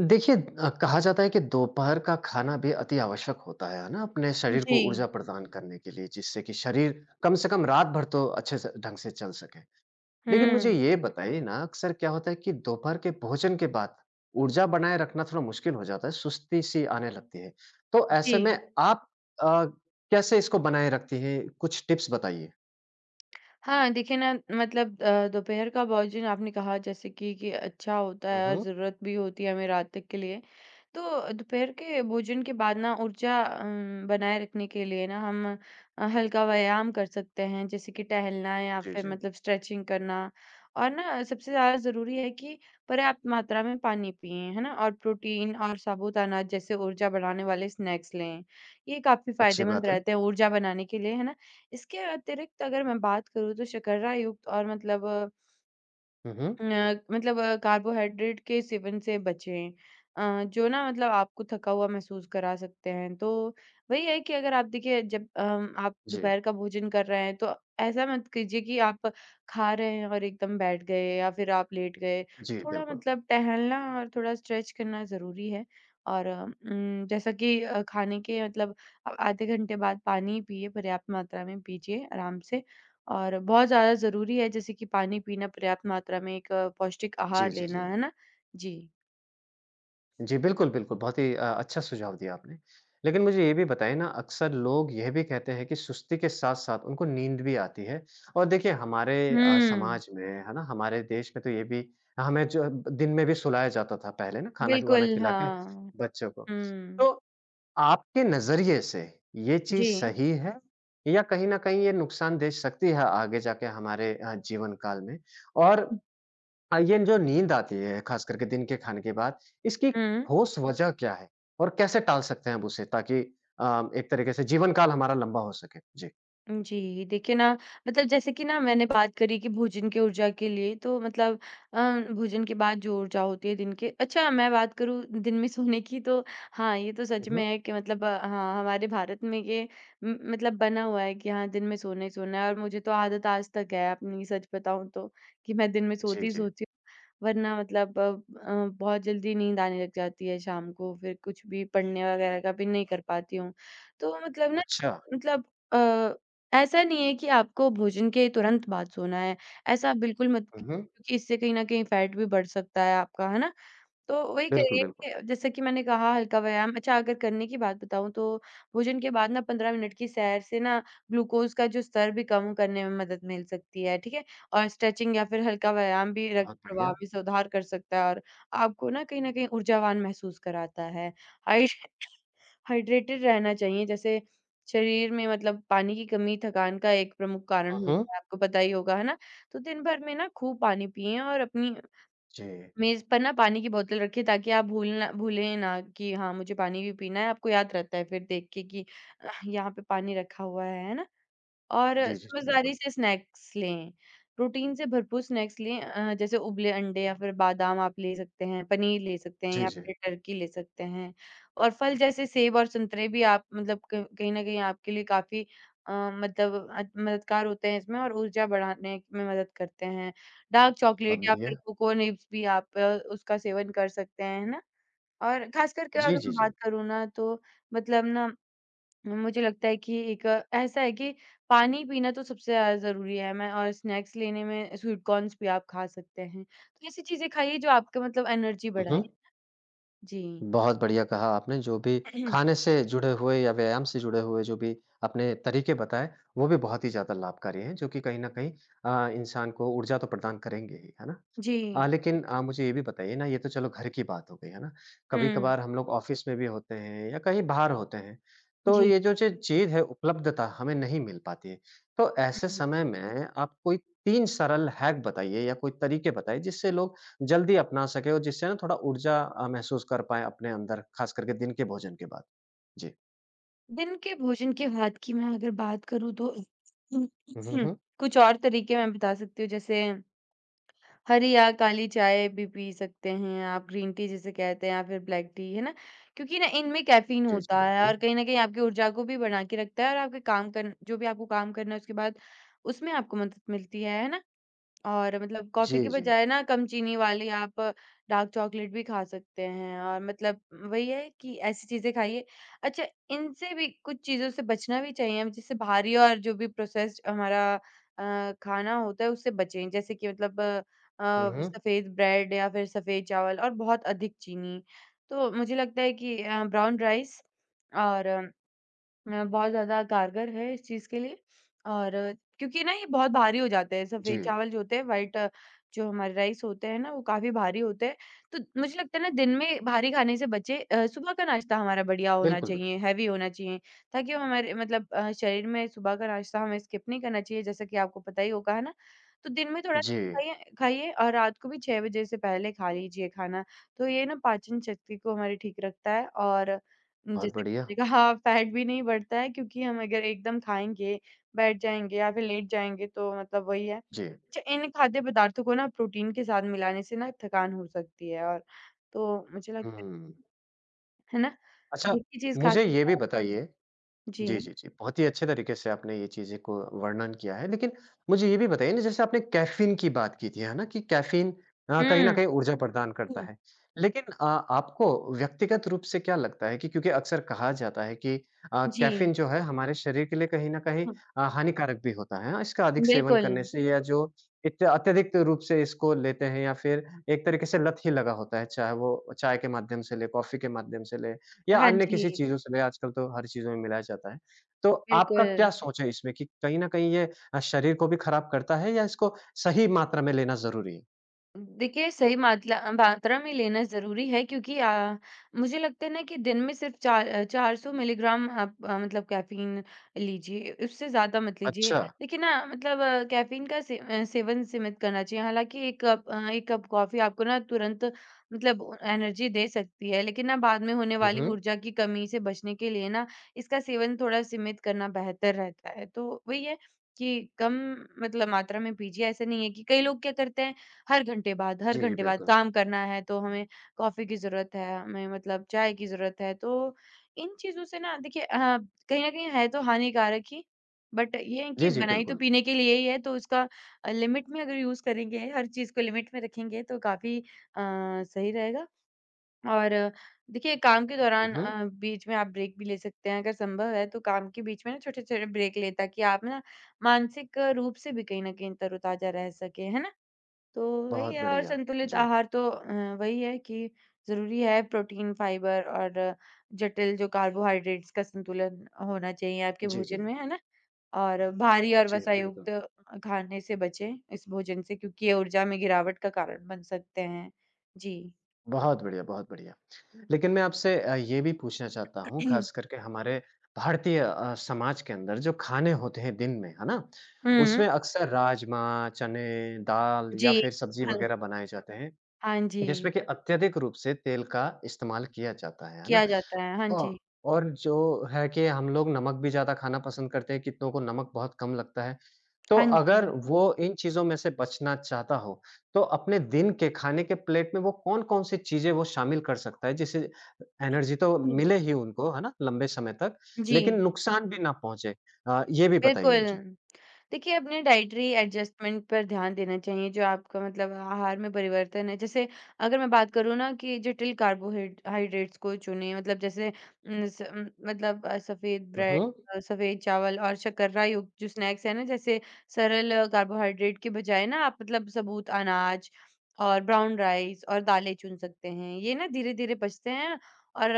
देखिए कहा जाता है कि दोपहर का खाना भी अति आवश्यक होता है ना? अपने शरीर को जी। ऊर्जा प्रदान करने के लिए जिससे कि शरीर कम से कम रात भर तो अच्छे से ढंग से चल सके। लेकिन मुझे हुँ, ये बताइए ना अक्सर क्या होता है कि दोपहर के भोजन के बाद ऊर्जा बनाए रखना थोड़ा मुश्किल हो जाता है, सुस्ती-सी आने लगती है। तो जी। ऐसे में आप अ, कैसे इसको बनाए रखती हैं? कुछ टिप्स बताइए। हाँ, देखिए ना मतलब दोपहर का भोजन आपने कहा जैसे कि अच्छा होता हुँ, है और हुँ। ज़रूरत भी होती है हमें रात तक के लिए। तो दोपहर के भोजन के बाद ना ऊर्जा बनाए रखने के लिए ना हम हल्का व्यायाम कर सकते हैं जैसे कि टहलना या जी, फिर जी। मतलब स्ट्रेचिंग करना। और ना सबसे ज़्यादा ज़रूरी है कि पर्याप्त मात्रा में पानी पिएँ, है ना? और प्रोटीन और साबुत अनाज जैसे ऊर्जा बढ़ाने वाले स्नैक्स लें। ये काफ़ी अच्छी फ़ायदेमंद बात है। रहते हैं ऊर्जा बनाने के लिए, है ना? इसके अतिरिक्त अगर मैं बात करूँ तो शर्करा युक्त और मतलब अ, हुँ, हुँ। मतलब अ, कार्बोहाइड्रेट के सेवन से बचें जो ना मतलब आपको थका हुआ महसूस करा सकते हैं। तो वही है कि अगर आप देखिए जब आप जी। दोपहर का भोजन कर रहे हैं तो ऐसा मत कीजिए कि आप खा रहे हैं और एकदम बैठ गए या फिर आप लेट गए। जी, थोड़ा बिल्कुल। मतलब टहलना और थोड़ा स्ट्रेच करना ज़रूरी है और जैसा कि खाने के मतलब आधे घंटे बाद पानी पिए, पर्याप्त मात्रा में पीजिए आराम से। और बहुत ज़्यादा ज़रूरी है जैसे कि पानी पीना, पर्याप्त मात्रा में एक पौष्टिक जी, आहार जी, जी। लेना, है ना? जी। जी, बिल्कुल, बिल्कुल, बहुत ही अच्छा सुझाव दिया आपने। लेकिन मुझे ये भी बताइए ना, अक्सर लोग यह भी कहते हैं कि सुस्ती के साथ-साथ उनको नींद भी आती है और देखिए हमारे हुँ, समाज में, है ना, हमारे देश में तो ये भी हमें जो दिन में भी सुलाया जाता था पहले ना, खाना-वाना बिल्कुल, खिला के हाँ। बच्चों को। हुँ। तो आपके नज़रिए से ये चीज़ जी। सही है या कहीं न कहीं ये नुकसान दे सकती है आगे जाके हमारे जीवन काल में? और ये जो नींद आती है, खास करके दिन के खाने के बाद, इसकी हुँ। ठोस वजह क्या है? और कैसे टाल सकते हैं हम उसे ताकि एक तरीके से जीवन काल हमारा लंबा हो सके? जी। जी, देखिए ना मतलब जैसे कि ना मैंने बात करी कि भोजन की ऊर्जा के लिए तो मतलब अ, भोजन के बाद जो ऊर्जा होती है दिन के अच्छा मैं बात करूँ दिन में सोने की तो हाँ, ये तो हुँ, सच हुँ। में है कि मतलब हाँ, हमारे भारत में ये म मतलब बना हुआ है कि हाँ, दिन में सोना ही सोना है और मुझे तो आदत आज तक है अपनी सच बताऊँ तो, कि मैं दिन में जी, सोती ही जी। सोती वरना मतलब बहुत जल्दी नींद आने लग जाती है शाम को, फिर कुछ भी पढ़ने वगैरह का भी नहीं कर पाती हूँ। तो मतलब ना अच्छा। मतलब ऐसा नहीं है कि आपको भोजन के तुरंत बाद सोना है, ऐसा बिल्कुल मत हुँ, कीजिए हुँ। क्योंकि इससे कहीं न कहीं फैट भी बढ़ सकता है आपका, है ना? तो वही बिल्कुल, करिए बिल्कुल। कि जैसा कि मैंने कहा हल्का व्यायाम अच्छा अगर करने की बात बताऊँ तो भोजन के बाद ना 15 मिनट की सैर से ना ग्लूकोज़ का जो स्तर भी कम करने में मदद मिल सकती है, ठीक है? और स्ट्रेचिंग या फिर हल्का व्यायाम भी रक्त बहुत प्रवाह बढ़िया। में सुधार कर सकता है और आपको ना कहीं न कहीं ऊर्जावान महसूस कराता है। हाइ हाइड्रेटेड रहना चाहिए जैसे शरीर में मतलब पानी की कमी थकान का एक प्रमुख हुँ, कारण हुँ। होता है, आपको पता ही होगा, है ना? तो दिन भर में ना खूब पानी पिएँ और अपनी जी। मेज़ पर ना पानी की बोतल रखिए ताकि आप भूलें ना कि हाँ, मुझे पानी भी पीना है, आपको याद रहता है फिर देख के कि यहाँ पे पानी रखा हुआ है ना? और जी, जी, जी, बिल्कुल। समझदारी से स्नैक्स लें। प्रोटीन से भरपूर स्नैक्स लें जैसे उबले अंडे या फिर बादाम आप ले सकते हैं, पनीर ले सकते हैं जी, या जी। फिर टर्की ले सकते हैं। और फल जैसे सेब और संतरे भी आप मतलब क कहीं न कहीं आपके लिए काफ़ी मददगार होते हैं इसमें और ऊर्जा बढ़ाने में मदद करते हैं। डार्क बहुत चॉकलेट या बढ़िया। फिर कोकोनिब्स भी आप उसका सेवन कर सकते हैं, है ना? और ख़ासकर के जी, अगर जी, मैं जी। बात करूँ ना तो मतलब ना मुझे लगता है कि एक ऐसा है कि पानी पीना तो सबसे ज़्यादा ज़रूरी है मैं और स्नैक्स लेने में स्वीट कॉर्न्स भी आप खा सकते हैं। तो ऐसी चीज़ें खाइए जो आपका मतलब एनर्जी हुँ, बढ़ाएँ। हुँ। जी। बहुत बढ़िया कहा आपने, जो भी खाने से जुड़े हुए या व्यायाम से जुड़े हुए जो भी आपने तरीके बताए, वो भी बहुत ही ज़्यादा लाभकारी हैं, जो कि कहीं न कहीं इंसान को ऊर्जा तो प्रदान करेंगे ही, है ना? हाँ, जी। लेकिन मुझे ये भी बताइए ना, ये तो चलो घर की बात हो गई, है ना? हुँ। कभी-कभार हम लोग ऑफ़िस में भी होते हैं या कहीं बाहर होते हैं, तो जी। ये जो च चीज़ है, उपलब्धता हमें नहीं मिल पाती है। तो ऐसे हुँ। समय में आप कोई 3 सरल हैक बताइए या कोई तरीके बताइए, जिससे लोग जल्दी अपना सकें और जिससे ना थोड़ा ऊर्जा महसूस कर पाएँ अपने अंदर, ख़ास करके दिन के भोजन के बाद? जी। दिन के भोजन के बाद की मैं अगर बात करूँ तो हुँ, हुँ, हुँ। कुछ और तरीके मैं बता सकती हूँ जैसे हरी या काली चाय भी पी सकते हैं आप, ग्रीन टी जिसे कहते हैं या फिर ब्लैक टी, है ना? क्योंकि ना इनमें कैफ़ीन जी, जी, होता है बिल्कुल। और कहीं न कहीं आपकी ऊर्जा को भी बना के रखता है और आपके काम कर जो भी आपको काम करना है उसके बाद उसमें आपको मदद मिलती है ना? और मतलब कॉफ़ी जी, के जी। बजाय ना कम चीनी वाली आप डार्क चॉकलेट भी खा सकते हैं और मतलब वही है कि ऐसी चीज़ें खाइए। अच्छा इनसे भी कुछ चीज़ों से बचना भी चाहिए हम जैसे भारी और जो भी प्रोसेस्ड हमारा खाना होता है उससे बचें। जैसे कि मतलब हुँ, हुँ। सफ़ेद ब्रेड या फिर सफ़ेद चावल और बहुत अधिक चीनी। तो मुझे लगता है कि ब्राउन राइस और बहुत ज़्यादा कारगर है इस चीज़ के लिए और क्योंकि ना ये बहुत भारी हो जाते हैं जी। सफ़ेद चावल जो होते हैं वाइट जो हमारे राइस होते हैं ना वो काफ़ी भारी होते हैं। तो मुझे लगता है ना दिन में भारी खाने से बचें सुबह का नाश्ता हमारा बढ़िया होना बिल्कुल, चाहिए, बिल्कुल। हैवी होना चाहिए ताकि वो हमारे मतलब शरीर में सुबह का नाश्ता हमें स्किप नहीं करना चाहिए जैसा कि आपको पता ही होगा, है ना? तो दिन में थोड़ा जी, सा खाइए खाइए और रात को भी 6 बजे से पहले खा लीजिए खाना। तो ये ना पाचन शक्ति को हमारी ठीक रखता है और बहुत जैसे बढ़िया। मैंने कहा हाँ, फैट भी नहीं बढ़ता है क्योंकि हम अगर एकदम खाएँगे, बैठ जाएँगे या फिर लेट जाएँगे तो मतलब वही है। जी। अच्छा इन खाद्य पदार्थों को ना प्रोटीन के साथ मिलाने से ना थकान हो सकती है और तो मुझे लगता हुँ। है ना? अच्छा, एक ही चीज़ खा मुझे ये सकते हैं भी आप। बताइए जी, जी। जी, जी, बहुत ही अच्छे तरीके से आपने ये चीज़ें को वर्णन किया है, लेकिन मुझे ये भी बताइए ना जैसे आपने कैफ़ीन की बात की थी, है ना? कि कैफ़ीन कहीं न हुँ, कहीं ऊर्जा प्रदान करता हुँ। है। लेकिन आपको व्यक्तिगत रूप से क्या लगता है कि क्योंकि अक्सर कहा जाता है कि जी। कैफ़ीन जो है हमारे शरीर के लिए कहीं न कहीं हुँ, हानिकारक भी होता है। हाँ, इसका अधिक सेवन बिल्कुल। करने से या जो इत अत्यधिक रूप से इसको लेते हैं या फिर एक तरीके से लत ही लगा होता है, चाहे वो चाय के माध्यम से लें, कॉफ़ी के माध्यम से लें या हाँ अन्य किसी जी, चीज़ों से भी आजकल तो हर चीज़ों में मिलाया जाता है। तो आपका क्या बिल्कुल। सोच है इसमें कि कहीं न कहीं ये शरीर को भी खराब करता है या इसको सही मात्रा में लेना ज़रूरी है? देखिए, मात्रा में लेना ज़रूरी है क्योंकि मुझे लगता है ना कि दिन में सिर्फ़ 400 मिलीग्राम आप मतलब कैफ़ीन लीजिए, उससे ज़्यादा मत लीजिए। अच्छा। देखिए ना मतलब कैफ़ीन का सेवन सीमित करना चाहिए। हालाँकि 1 कप कॉफ़ी आपको ना तुरंत मतलब एनर्जी दे सकती है, लेकिन ना बाद में होने हुँ, वाली हुँ। ऊर्जा की कमी से बचने के लिए ना इसका सेवन थोड़ा सीमित करना बेहतर रहता है। तो वही है कि कम मतलब मात्रा में पीजिए, ऐसा नहीं है कि कई लोग क्या करते हैं हर जी, जी, घंटे बाद बिल्कुल। काम करना है तो हमें कॉफ़ी की ज़रूरत है, हमें मतलब चाय की ज़रूरत है। तो इन चीज़ों से ना देखिए कहीं न कहीं है तो हानिकारक ही, बट ये है जी, कि जी, बनाई तो बिल्कुल। पीने के लिए ही है तो उसका लिमिट में अगर यूज़ करेंगे, हर चीज़ को लिमिट में रखेंगे तो काफ़ी सही रहेगा। और देखिए काम के हुँ, दौरान हुँ। बीच में आप ब्रेक भी ले सकते हैं अगर संभव है तो काम के बीच में ना छोटे-छोटे ब्रेक लें ताकि आप ना मानसिक रूप से भी कहीं न कहीं तरोताज़ा रह सकें, है ना? तो वही बहुत है और बढ़िया। संतुलित जी। आहार तो वही है कि ज़रूरी है प्रोटीन, फाइबर और जटिल जो कार्बोहाइड्रेट्स का संतुलन होना चाहिए आपके जी, जी। भोजन में, है ना? और भारी और जी, बिल्कुल। वसायुक्त खाने से बचें इस भोजन से क्योंकि ये ऊर्जा में गिरावट का कारण बन सकते हैं। जी। बहुत बढ़िया, बहुत बढ़िया। लेकिन मैं आपसे ये भी पूछना चाहता हूँ ख़ास करके हमारे भारतीय समाज के अंदर जो खाने होते हैं दिन में, है ना? हुँ, उसमें अक्सर राजमा, चने, दाल जी। या फिर सब्ज़ी हाँ, वग़ैरह बनाए जाते हैं। हाँ जिसमें जी, कि अत्यधिक रूप से तेल का इस्तेमाल किया जाता है ना? किया जाता है। हाँ औ जी। और जो है कि हम लोग नमक भी ज़्यादा खाना पसंद करते हैं, कितनों को नमक बहुत कम लगता है। तो हाँ जी। अगर वो इन चीज़ों में से बचना चाहता हो, तो अपने दिन के खाने के प्लेट में वो कौन-कौन सी चीज़ें वो शामिल कर सकता है, जिससे एनर्जी तो हम्म, मिले ही उनको, है ना? लंबे समय तक, जी। लेकिन नुकसान भी ना पहुँचे? ये भी बताइए बिल्कुल। मुझे। देखिए, अपने डाइटरी एडजस्टमेंट पर ध्यान देना चाहिए, जो आपका मतलब आहार में परिवर्तन है। जैसे अगर मैं बात करूँ ना कि जटिल कार्बोहाइड हाइड्रेट्स को चुनें, मतलब जैसे उम, स उम, मतलब अ, सफ़ेद हुँ, ब्रेड हुँ। सफ़ेद चावल और शर्करा युक्त जो स्नैक्स हैं ना, जैसे सरल कार्बोहाइड्रेट के बजाय ना आप मतलब सबूत अनाज और ब्राउन राइस और दालें चुन सकते हैं। ये ना धीरे-धीरे पचते हैं और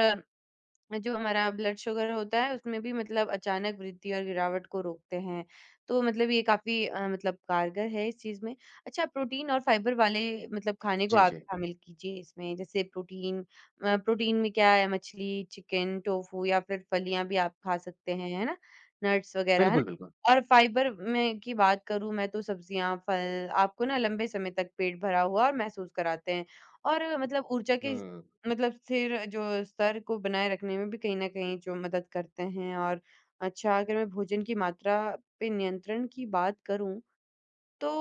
जो हमारा ब्लड शुगर होता है उसमें भी मतलब अचानक वृद्धि और गिरावट को रोकते हैं। तो मतलब ये काफ़ी मतलब कारगर है इस चीज़ में। अच्छा प्रोटीन और फाइबर वाले मतलब खाने को जी, आप जी। शामिल कीजिए इसमें। जैसे प्रोटीन में क्या है मछली, चिकन, टोफू या फिर फलियाँ भी आप खा सकते हैं, है ना? नट्स वग़ैरह, है ना? बिल्कुल, बिल्कुल। और फाइबर में की बात करूँ मैं तो सब्जियाँ, फल आपको ना लंबे समय तक पेट भरा हुआ और महसूस कराते हैं। और मतलब ऊर्जा के हुँ। मतलब सिर जो स्तर को बनाए रखने में भी कहीं न कहीं जो मदद करते हैं और अच्छा अगर मैं भोजन की मात्रा पे नियंत्रण की बात करूँ,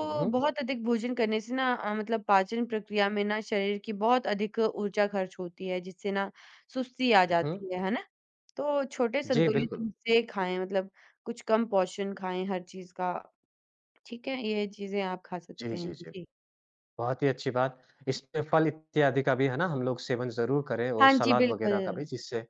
हुँ, हुँ। बहुत अधिक भोजन करने से ना मतलब पाचन प्रक्रिया में ना शरीर की बहुत अधिक ऊर्जा खर्च होती है, जिससे ना सुस्ती आ हुँ, हुँ। जाती है ना? तो छोटे जी, संतुलित बिल्कुल। हिस्से खाएँ मतलब कुछ कम पोर्शन खाएँ हर चीज़ का, ठीक है? ये चीज़ें आप खा जी, सकते हैं। जी, जी। जी। बहुत ही अच्छी बात। इसमें फल इत्यादि का भी है ना हम लोग सेवन ज़रूर करें और हाँ जी, सलाद वगैरह का बिल्कुल। भी जिससे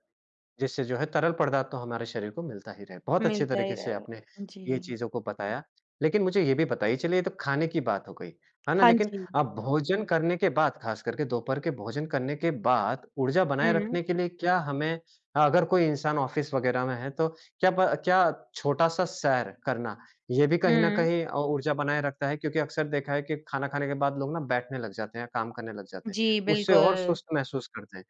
जिससे जो है तरल पदार्थ तो हमारे शरीर को मिलता ही रहे। बहुत अच्छे मिलता ही तरीके से रहा। आपने जी। ये चीज़ों को बताया। लेकिन मुझे ये भी बताइए चलिए ये तो खाने की बात हो गई, है ना? हाँ लेकिन जी। अब भोजन करने के बाद ख़ास करके दोपहर के भोजन करने के बाद ऊर्जा बनाए हुँ। रखने के लिए क्या हमें अगर कोई इंसान ऑफ़िस वग़ैरह में है तो क्या छोटा-सा सैर करना ये भी कहीं न हुँ। कहीं ऊर्जा बनाए रखता है? क्योंकि अक्सर देखा है कि खाना खाने के बाद लोग ना बैठने लग जाते हैं, काम करने लग जाते हैं। जी, उससे और बिल्कुल। सुस्त महसूस करते हैं।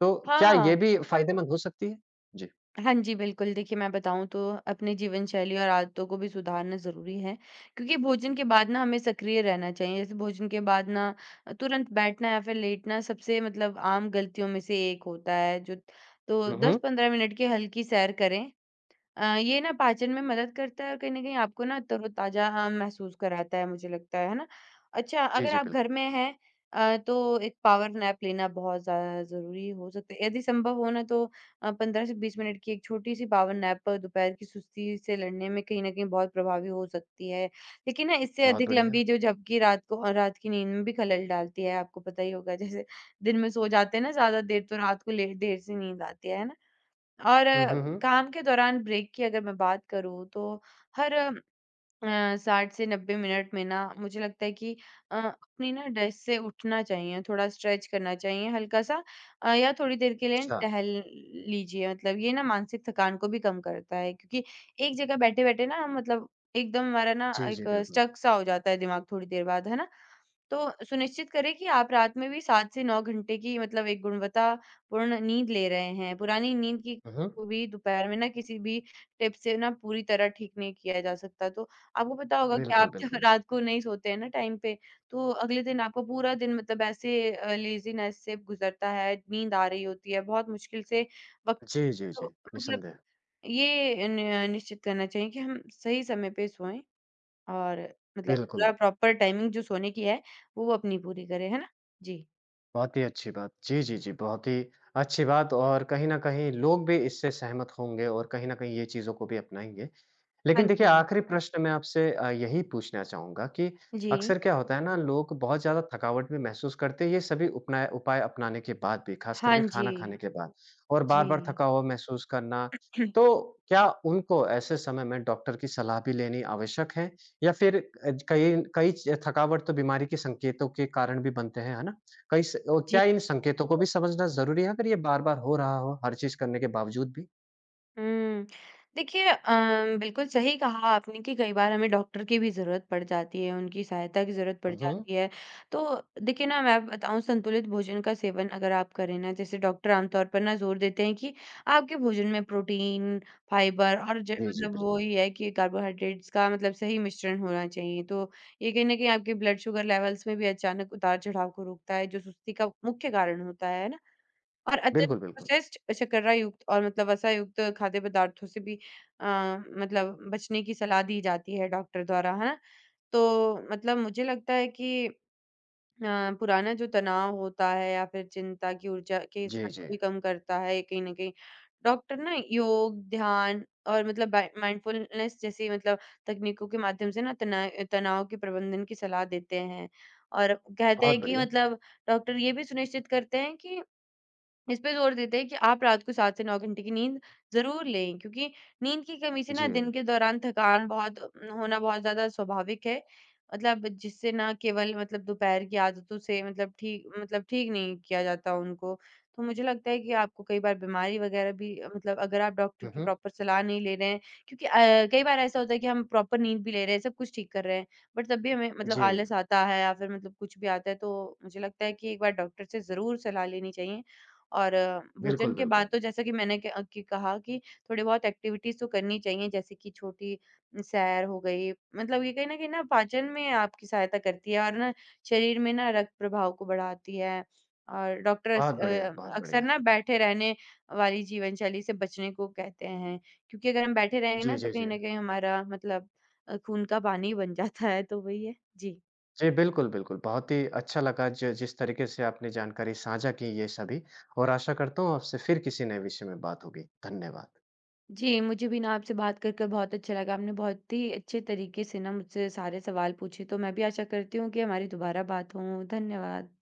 तो क्या ये हाँ। भी फ़ायदेमंद हो सकती है? जी। हाँ जी, बिल्कुल। देखिए, मैं बताऊँ तो अपनी जीवनशैली और आदतों को भी सुधारना ज़रूरी है, क्योंकि भोजन के बाद ना हमें सक्रिय रहना चाहिए। जैसे भोजन के बाद ना तुरंत बैठना या फिर लेटना सबसे मतलब आम गलतियों में से एक होता है। जो तो हुँ, हुँ। 10-15 मिनट की हल्की सैर करें। ये ना पाचन में मदद करता है और कहीं न कहीं आपको ना तरोताज़ा महसूस कराता है मुझे लगता है ना? अच्छा, जी, अगर जी, आप घर बिल्कुल। में हैं तो एक पावर नैप लेना बहुत ज़्यादा ज़रूरी हो सकता है। यदि संभव हो ना तो 15 से 20 मिनट की एक छोटी-सी पावर नैप दोपहर की सुस्ती से लड़ने में कहीं न कहीं बहुत प्रभावी हो सकती है। लेकिन ना इससे बहुत अधिक बढ़िया। लंबी जो झपकी रात को रात की नींद में भी खलल डालती है। आपको पता ही होगा, जैसे दिन में सो जाते हैं ना ज़्यादा देर तो रात को लेट देर से नींद आती है ना? और हुँ, हुँ, हुँ। काम के दौरान ब्रेक की अगर मैं बात करूँ तो हर 60 से 90 मिनट में ना मुझे लगता है कि अपनी ना डेस्क से उठना चाहिए, थोड़ा स्ट्रेच करना चाहिए हल्का-सा, या थोड़ी देर के लिए अच्छा। टहल लीजिए। मतलब ये ना मानसिक थकान को भी कम करता है, क्योंकि एक जगह बैठे-बैठे ना हम मतलब एकदम हमारा ना जी, एक जी, बिल्कुल। स्टक सा हो जाता है दिमाग थोड़ी देर बाद, है ना? तो सुनिश्चित करें कि आप रात में भी 7 से 9 घंटे की मतलब एक गुणवत्तापूर्ण नींद ले रहे हैं। पुरानी नींद की हुँ, हुँ। को भी दोपहर में ना किसी भी टिप से ना पूरी तरह ठीक नहीं किया जा सकता। तो आपको पता होगा कि आप बिल्कुल, जब बिल्कुल। रात को नहीं सोते हैं ना टाइम पे, तो अगले दिन आपको पूरा दिन मतलब ऐसे लेज़ीनेस से गुज़रता है, नींद आ रही होती है, बहुत मुश्किल से वक़्त। जी, जी, जी, तो मतलब निसंदेह। ये न निश्चित करना चाहिए कि हम सही समय पे सोएँ और मतलब बिल्कुल, पूरा प्रॉपर टाइमिंग जो सोने की है, वो अपनी पूरी करें, है ना? जी। बहुत ही अच्छी बात। जी, जी, जी, बहुत ही अच्छी बात और कहीं न कहीं लोग भी इससे सहमत होंगे और कहीं न कहीं ये चीज़ों को भी अपनाएँगे। हाँ लेकिन देखिए जी। आखिरी प्रश्न मैं आपसे यही पूछना चाहूँगा कि जी। अक्सर क्या होता है ना लोग बहुत ज़्यादा थकावट भी महसूस करते हैं ये सभी उपनाय उपाय अपनाने के बाद भी, ख़ास हाँ करके जी। खाना खाने के बाद और बार-बार जी। थका हुआ महसूस करना। तो क्या उनको ऐसे समय में डॉक्टर की सलाह भी लेनी आवश्यक है? या फिर कई कई च थकावट तो बीमारी के संकेतों के कारण भी बनते हैं, है ना? जी। क्या इन संकेतों को भी समझना ज़रूरी है अगर ये बार-बार हो रहा हो हर चीज़ करने के बावजूद भी? हुँ। देखिए, बिल्कुल सही कहा आपने कि कई बार हमें डॉक्टर की भी ज़रूरत पड़ जाती है, उनकी सहायता की ज़रूरत पड़ हुँ, हुँ। जाती है। तो देखिए ना मैं बताऊँ, संतुलित भोजन का सेवन अगर आप करें ना, जैसे डॉक्टर आमतौर पर ना ज़ोर देते हैं कि आपके भोजन में प्रोटीन, फाइबर और ज जी, जी, मतलब वो बिल्कुल। ही है कि कार्बोहाइड्रेट्स का मतलब सही मिश्रण होना चाहिए। तो ये कहीं न कहीं आपके ब्लड शुगर लेवल्स में भी अचानक उतार-चढ़ाव को रोकता है, जो सुस्ती का मुख्य कारण होता है। और अत्यधिक बिल्कुल, बिल्कुल। प्रोसेस्ड, शर्करा युक्त और मतलब वसा युक्त खाद्य पदार्थों से भी अ, मतलब बचने की सलाह दी जाती है डॉक्टर द्वारा, है ना? तो मतलब मुझे लगता है कि पुराना जो तनाव होता है या फिर चिंता की ऊर्जा के जी, स्तर को जी। भी कम करता है कहीं न कहीं। डॉक्टर ना योग, ध्यान और मतलब बाय माइंडफुलनेस जैसी मतलब तकनीकों के माध्यम से ना तनाव के प्रबंधन की सलाह देते हैं। और कहते बहुत हैं कि बढ़िया। मतलब डॉक्टर ये भी सुनिश्चित करते हैं कि, इस पे ज़ोर देते हैं कि आप रात को 7 से 9 घंटे की नींद ज़रूर लें, क्योंकि नींद की कमी से ना जी। दिन के दौरान थकान बहुत होना बहुत ज़्यादा स्वाभाविक है। मतलब जिससे ना केवल मतलब दोपहर की आदतों से मतलब ठीक नहीं किया जाता उनको। तो मुझे लगता है कि आपको कई बार बीमारी वग़ैरह भी मतलब अगर आप डॉक्टर हुँ, की हुँ। प्रॉपर सलाह नहीं ले रहे हैं, क्योंकि कई बार ऐसा होता है कि हम प्रॉपर नींद भी ले रहे हैं, सब कुछ ठीक कर रहे हैं, बट तब भी हमें मतलब जी, आलस आता है या फिर मतलब कुछ भी आता है, तो मुझे लगता है कि एक बार डॉक्टर से ज़रूर सलाह लेनी चाहिए। और बिल्कुल, भोजन के बिल्कुल। बाद तो जैसा कि मैंने क कि कहा कि थोड़ी बहुत एक्टिविटीज़ तो करनी चाहिए, जैसे कि छोटी सैर हो गई, मतलब ये कहीं न कहीं ना पाचन में आपकी सहायता करती है और ना शरीर में ना रक्त प्रभाव को बढ़ाती है। और डॉक्टर्स बहुत बढ़िया, बहुत अक्सर बढ़िया। ना बैठे रहने वाली जीवनशैली से बचने को कहते हैं, क्योंकि अगर हम बैठे रहेंगे जी, ना तो जी, कहीं जी। न कहीं हमारा मतलब खून का पानी बन जाता है, तो वही है। जी। जी, बिल्कुल, बिल्कुल। बहुत ही अच्छा लगा ज जिस तरीके से आपने जानकारी साझा की ये सभी और आशा करता हूँ आपसे फिर किसी नए विषय में बात होगी। धन्यवाद। जी, मुझे भी ना आपसे बात कर कर बहुत अच्छा लगा। आपने बहुत ही अच्छे तरीके से ना मुझसे सारे सवाल पूछे, तो मैं भी आशा करती हूँ कि हमारी दोबारा बात हो। धन्यवाद।